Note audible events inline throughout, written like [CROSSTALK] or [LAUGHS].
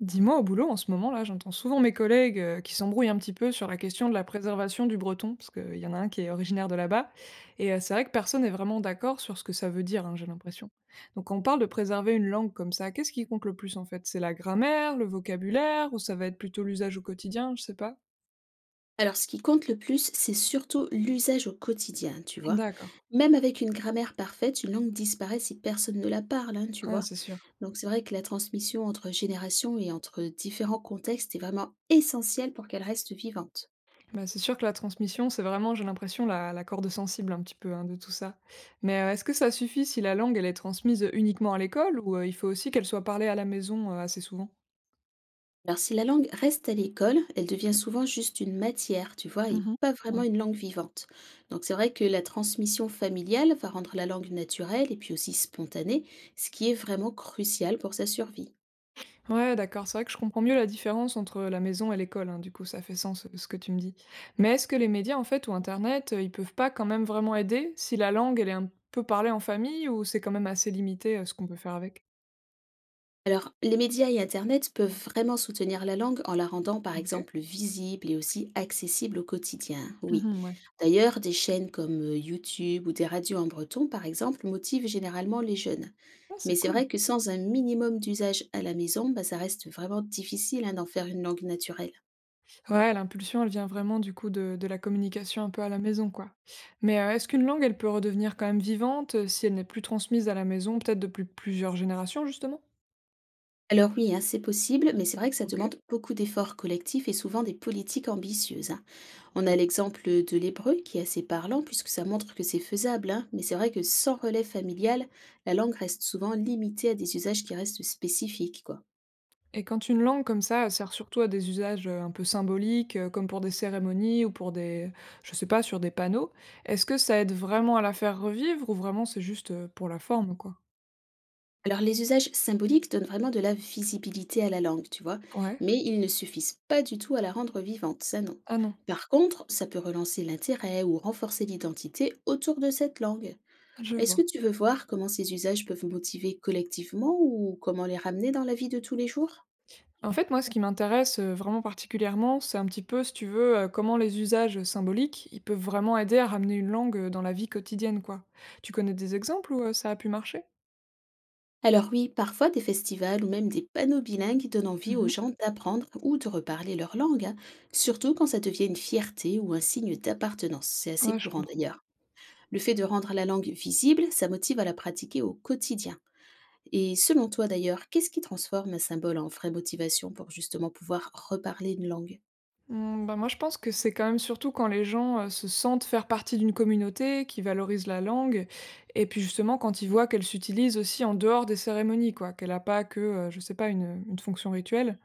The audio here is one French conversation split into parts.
Dis-moi, au boulot, en ce moment, là, j'entends souvent mes collègues qui s'embrouillent un petit peu sur la question de la préservation du breton, parce qu'il y en a un qui est originaire de là-bas, et c'est vrai que personne n'est vraiment d'accord sur ce que ça veut dire, hein, j'ai l'impression. Donc quand on parle de préserver une langue comme ça, qu'est-ce qui compte le plus en fait? C'est la grammaire, le vocabulaire, ou ça va être plutôt l'usage au quotidien, je sais pas. Alors, ce qui compte le plus, c'est surtout l'usage au quotidien, tu vois? D'accord. Même avec une grammaire parfaite, une langue disparaît si personne ne la parle, hein, tu Ah vois? c'est sûr. Donc, c'est vrai que la transmission entre générations et entre différents contextes est vraiment essentielle pour qu'elle reste vivante. Bah, c'est sûr que la transmission, c'est vraiment, j'ai l'impression, la corde sensible un petit peu hein, de tout ça. Mais est-ce que ça suffit si la langue, elle est transmise uniquement à l'école ou il faut aussi qu'elle soit parlée à la maison assez souvent? Alors, si la langue reste à l'école, elle devient souvent juste une matière, tu vois, et Mhm. pas vraiment Ouais. une langue vivante. Donc, c'est vrai que la transmission familiale va rendre la langue naturelle et puis aussi spontanée, ce qui est vraiment crucial pour sa survie. Ouais, d'accord. C'est vrai que je comprends mieux la différence entre la maison et l'école, hein. Du coup, ça fait sens ce que tu me dis. Mais est-ce que les médias, en fait, ou Internet, ils peuvent pas quand même vraiment aider si la langue, elle est un peu parlée en famille ou c'est quand même assez limité ce qu'on peut faire avec? Alors, les médias et Internet peuvent vraiment soutenir la langue en la rendant, par exemple, Ok. visible et aussi accessible au quotidien, oui. Mhm, ouais. D'ailleurs, des chaînes comme YouTube ou des radios en breton, par exemple, motivent généralement les jeunes. Ah, Mais c'est c'est cool. vrai que sans un minimum d'usage à la maison, bah, ça reste vraiment difficile, hein, d'en faire une langue naturelle. Ouais, l'impulsion, elle vient vraiment du coup de la communication un peu à la maison, quoi. Mais, est-ce qu'une langue, elle peut redevenir quand même vivante, si elle n'est plus transmise à la maison, peut-être depuis plusieurs générations, justement? Alors oui, hein, c'est possible, mais c'est vrai que ça OK, demande beaucoup d'efforts collectifs et souvent des politiques ambitieuses, hein. c'est On clair. a l'exemple de l'hébreu qui est assez parlant puisque ça montre que c'est faisable, hein, mais c'est vrai que sans relais familial, la langue reste souvent limitée à des usages qui restent spécifiques, quoi. Et quand une langue comme ça sert surtout à des usages, un peu symboliques, comme pour des cérémonies ou pour des, je sais pas, sur des panneaux, est-ce que ça aide vraiment à la faire revivre ou vraiment c'est juste, pour la forme, quoi? Alors les usages symboliques donnent vraiment de la visibilité à la langue, tu vois, Ouais. mais ils ne suffisent pas du tout à la rendre vivante, ça non. Ah non, Par contre, ça peut relancer l'intérêt ou renforcer l'identité autour de cette langue. je Est-ce que vois. tu veux voir comment ces usages peuvent motiver collectivement ou comment les ramener dans la vie de tous les jours? En fait, moi, ce qui m'intéresse, vraiment particulièrement, c'est un petit peu, si tu veux, comment les usages symboliques, ils peuvent vraiment aider à ramener une langue, dans la vie quotidienne, quoi. Tu connais des exemples où, ça a pu marcher? Alors oui, parfois des festivals ou même des panneaux bilingues donnent envie aux Mmh. gens d'apprendre ou de reparler leur langue, hein, surtout quand ça devient une fierté ou un signe d'appartenance. C'est assez Ouais, je courant comprends. d'ailleurs. Le fait de rendre la langue visible, ça motive à la pratiquer au quotidien. Et selon toi d'ailleurs, qu'est-ce qui transforme un symbole en vraie motivation pour justement pouvoir reparler une langue? Mmh, bah, moi, je pense que c'est quand même surtout quand les gens, se sentent faire partie d'une communauté qui valorise la langue, et puis, justement, quand ils voient qu'elle s'utilise aussi en dehors des cérémonies, quoi, qu'elle a pas que, je sais pas, une fonction rituelle.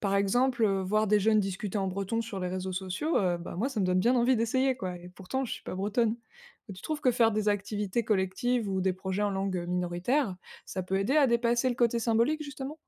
Par exemple, voir des jeunes discuter en breton sur les réseaux sociaux, bah, moi ça me donne bien envie d'essayer quoi, et pourtant je suis pas bretonne. Tu trouves que faire des activités collectives ou des projets en langue minoritaire, ça peut aider à dépasser le côté symbolique justement?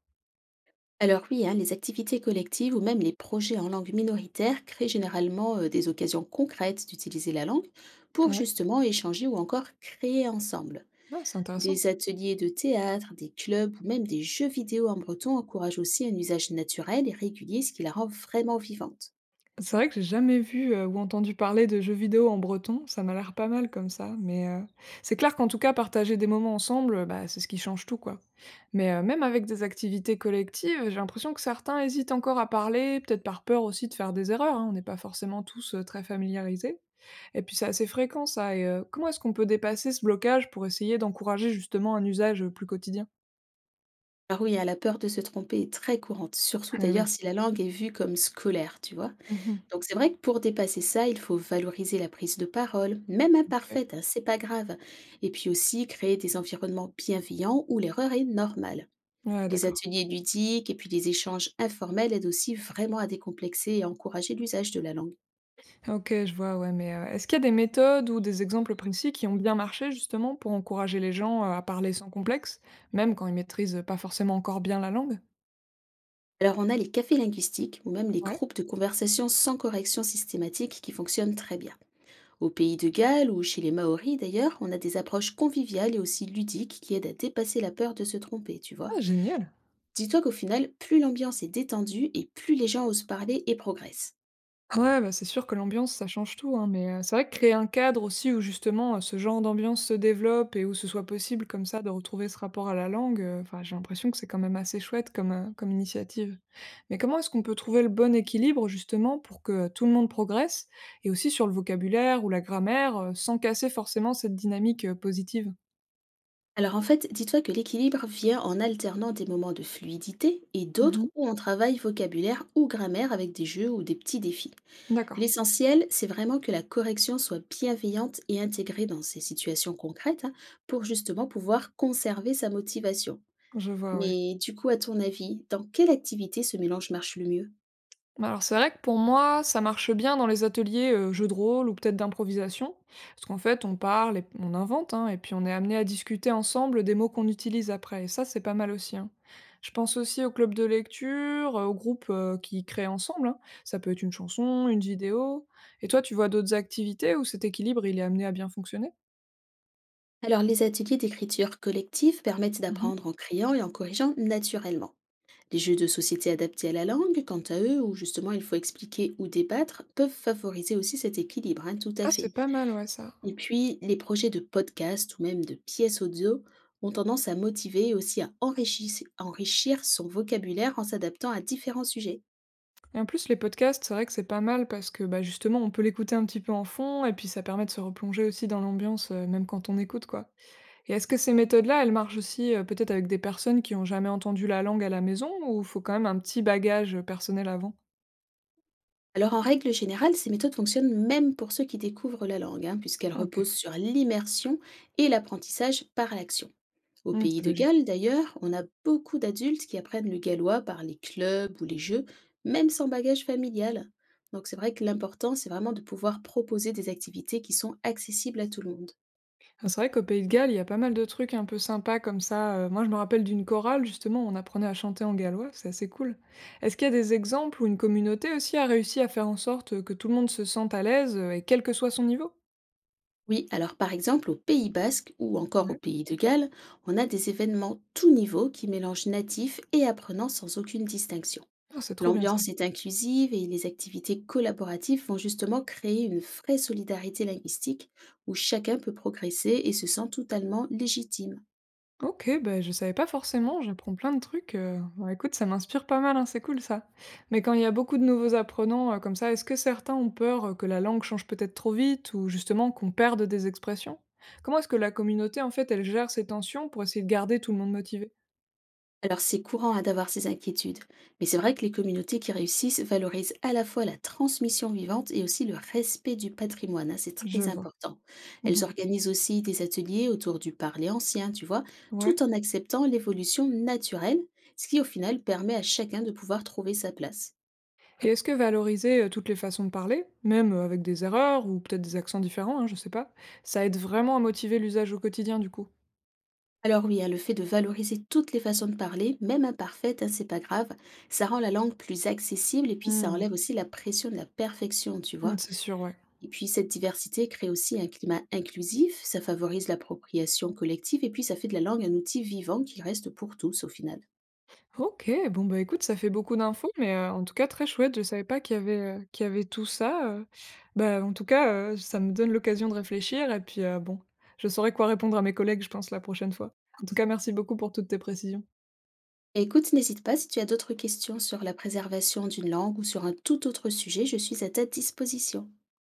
Alors oui, hein, les activités collectives ou même les projets en langue minoritaire créent généralement des occasions concrètes d'utiliser la langue pour Ouais, justement échanger ou encore créer ensemble. ah c'est intéressant. Des ateliers de théâtre, des clubs ou même des jeux vidéo en breton encouragent aussi un usage naturel et régulier, ce qui la rend vraiment vivante. C'est vrai que j'ai jamais vu, ou entendu parler de jeux vidéo en breton, ça m'a l'air pas mal comme ça, mais c'est clair qu'en tout cas partager des moments ensemble, bah, c'est ce qui change tout, quoi. Mais même avec des activités collectives, j'ai l'impression que certains hésitent encore à parler, peut-être par peur aussi de faire des erreurs, hein, on n'est pas forcément tous, très familiarisés. Et puis c'est assez fréquent ça, et comment est-ce qu'on peut dépasser ce blocage pour essayer d'encourager justement un usage, plus quotidien? Alors oui, hein, la peur de se tromper est très courante, surtout Eh d'ailleurs oui. si la langue est vue comme scolaire, tu vois. [LAUGHS] Mmh. Donc c'est vrai que pour dépasser ça, il faut valoriser la prise de parole, même OK. imparfaite, hein, c'est pas grave. Et puis aussi créer des environnements bienveillants où l'erreur est normale. Ouais, Les d'accord. ateliers ludiques et puis les échanges informels aident aussi vraiment à décomplexer et à encourager l'usage de la langue. OK, je vois, ouais, mais, est-ce qu'il y a des méthodes ou des exemples précis qui ont bien marché justement pour encourager les gens, à parler sans complexe, même quand ils maîtrisent pas forcément encore bien la langue? Alors on a les cafés linguistiques ou même les Ouais, groupes de conversation sans correction systématique qui fonctionnent très bien. Au pays de Galles ou chez les Maoris d'ailleurs, on a des approches conviviales et aussi ludiques qui aident à dépasser la peur de se tromper, tu vois. ah génial! Dis-toi qu'au final, plus l'ambiance est détendue et plus les gens osent parler et progressent. Ouais, bah, c'est sûr que l'ambiance, ça change tout, hein, mais c'est vrai que créer un cadre aussi où justement, ce genre d'ambiance se développe et où ce soit possible comme ça de retrouver ce rapport à la langue, enfin, j'ai l'impression que c'est quand même assez chouette comme, comme initiative. Mais comment est-ce qu'on peut trouver le bon équilibre justement pour que, tout le monde progresse et aussi sur le vocabulaire ou la grammaire, sans casser forcément cette dynamique, positive? Alors en fait, dis-toi que l'équilibre vient en alternant des moments de fluidité et d'autres Mmh. où on travaille vocabulaire ou grammaire avec des jeux ou des petits défis. D'accord, L'essentiel, c'est vraiment que la correction soit bienveillante et intégrée dans ces situations concrètes, hein, pour justement pouvoir conserver sa motivation. je vois, ouais. Mais du coup, à ton avis, dans quelle activité ce mélange marche le mieux? Bah alors c'est vrai que pour moi, ça marche bien dans les ateliers, jeux de rôle ou peut-être d'improvisation. Parce qu'en fait, on parle et on invente, hein, et puis on est amené à discuter ensemble des mots qu'on utilise après et ça, c'est pas mal aussi, hein. Je pense aussi au club de lecture, aux groupes, qui créent ensemble, hein. Ça peut être une chanson, une vidéo. Et toi, tu vois d'autres activités où cet équilibre, il est amené à bien fonctionner? Alors les ateliers d'écriture collective permettent Mmh. d'apprendre en criant et en corrigeant naturellement. Les jeux de société adaptés à la langue, quant à eux, où justement il faut expliquer ou débattre, peuvent favoriser aussi cet équilibre, hein, tout à Ah, fait. c'est pas mal, ouais, ça. Et puis, les projets de podcast ou même de pièces audio ont tendance à motiver et aussi à enrichir son vocabulaire en s'adaptant à différents sujets. Et en plus, les podcasts, c'est vrai que c'est pas mal parce que bah, justement, on peut l'écouter un petit peu en fond et puis ça permet de se replonger aussi dans l'ambiance, même quand on écoute, quoi. Et est-ce que ces méthodes-là, elles marchent aussi peut-être avec des personnes qui ont jamais entendu la langue à la maison ou faut quand même un petit bagage personnel avant? Alors en règle générale, ces méthodes fonctionnent même pour ceux qui découvrent la langue, hein, puisqu'elles Ok. reposent sur l'immersion et l'apprentissage par l'action. Au Hmm, pays c'est de logique. Galles, d'ailleurs, on a beaucoup d'adultes qui apprennent le gallois par les clubs ou les jeux, même sans bagage familial. Donc c'est vrai que l'important, c'est vraiment de pouvoir proposer des activités qui sont accessibles à tout le monde. Ah, c'est vrai qu'au Pays de Galles, il y a pas mal de trucs un peu sympas comme ça. Moi, je me rappelle d'une chorale, justement, où on apprenait à chanter en gallois, c'est assez cool. Est-ce qu'il y a des exemples où une communauté aussi a réussi à faire en sorte que tout le monde se sente à l'aise, et quel que soit son niveau? Oui, alors par exemple au Pays Basque ou encore au Ouais. Pays de Galles, on a des événements tout niveau qui mélangent natifs et apprenants sans aucune distinction. Oh, c'est trop bien ça. L'ambiance est inclusive et les activités collaboratives vont justement créer une vraie solidarité linguistique où chacun peut progresser et se sent totalement légitime. OK, ben je savais pas forcément, j'apprends plein de trucs, bah, écoute, ça m'inspire pas mal, hein, c'est cool ça. Mais quand il y a beaucoup de nouveaux apprenants, comme ça, est-ce que certains ont peur, que la langue change peut-être trop vite ou justement qu'on perde des expressions? Comment est-ce que la communauté, en fait, elle gère ces tensions pour essayer de garder tout le monde motivé? Alors c'est courant, hein, d'avoir ces inquiétudes, mais c'est vrai que les communautés qui réussissent valorisent à la fois la transmission vivante et aussi le respect du patrimoine, hein, c'est Je très vois. important. Elles Mmh. organisent aussi des ateliers autour du parler ancien, tu vois, Ouais. tout en acceptant l'évolution naturelle, ce qui au final permet à chacun de pouvoir trouver sa place. Et est-ce que valoriser, toutes les façons de parler, même, avec des erreurs ou peut-être des accents différents, hein, je sais pas, ça aide vraiment à motiver l'usage au quotidien du coup? Alors oui, hein, le fait de valoriser toutes les façons de parler, même imparfaites, hein, c'est pas grave, ça rend la langue plus accessible et puis ça Mmh. enlève aussi la pression de la perfection, tu vois. Mmh, c'est sûr, ouais. Et puis cette diversité crée aussi un climat inclusif, ça favorise l'appropriation collective et puis ça fait de la langue un outil vivant qui reste pour tous au final. OK, bon, bah, écoute, ça fait beaucoup d'infos, mais en tout cas très chouette. Je savais pas qu'il y avait, qu'il y avait tout ça. Bah, en tout cas, ça me donne l'occasion de réfléchir et puis, bon, je saurai quoi répondre à mes collègues, je pense, la prochaine fois. En tout cas, merci beaucoup pour toutes tes précisions. Et écoute, n'hésite pas si tu as d'autres questions sur la préservation d'une langue ou sur un tout autre sujet, je suis à ta disposition.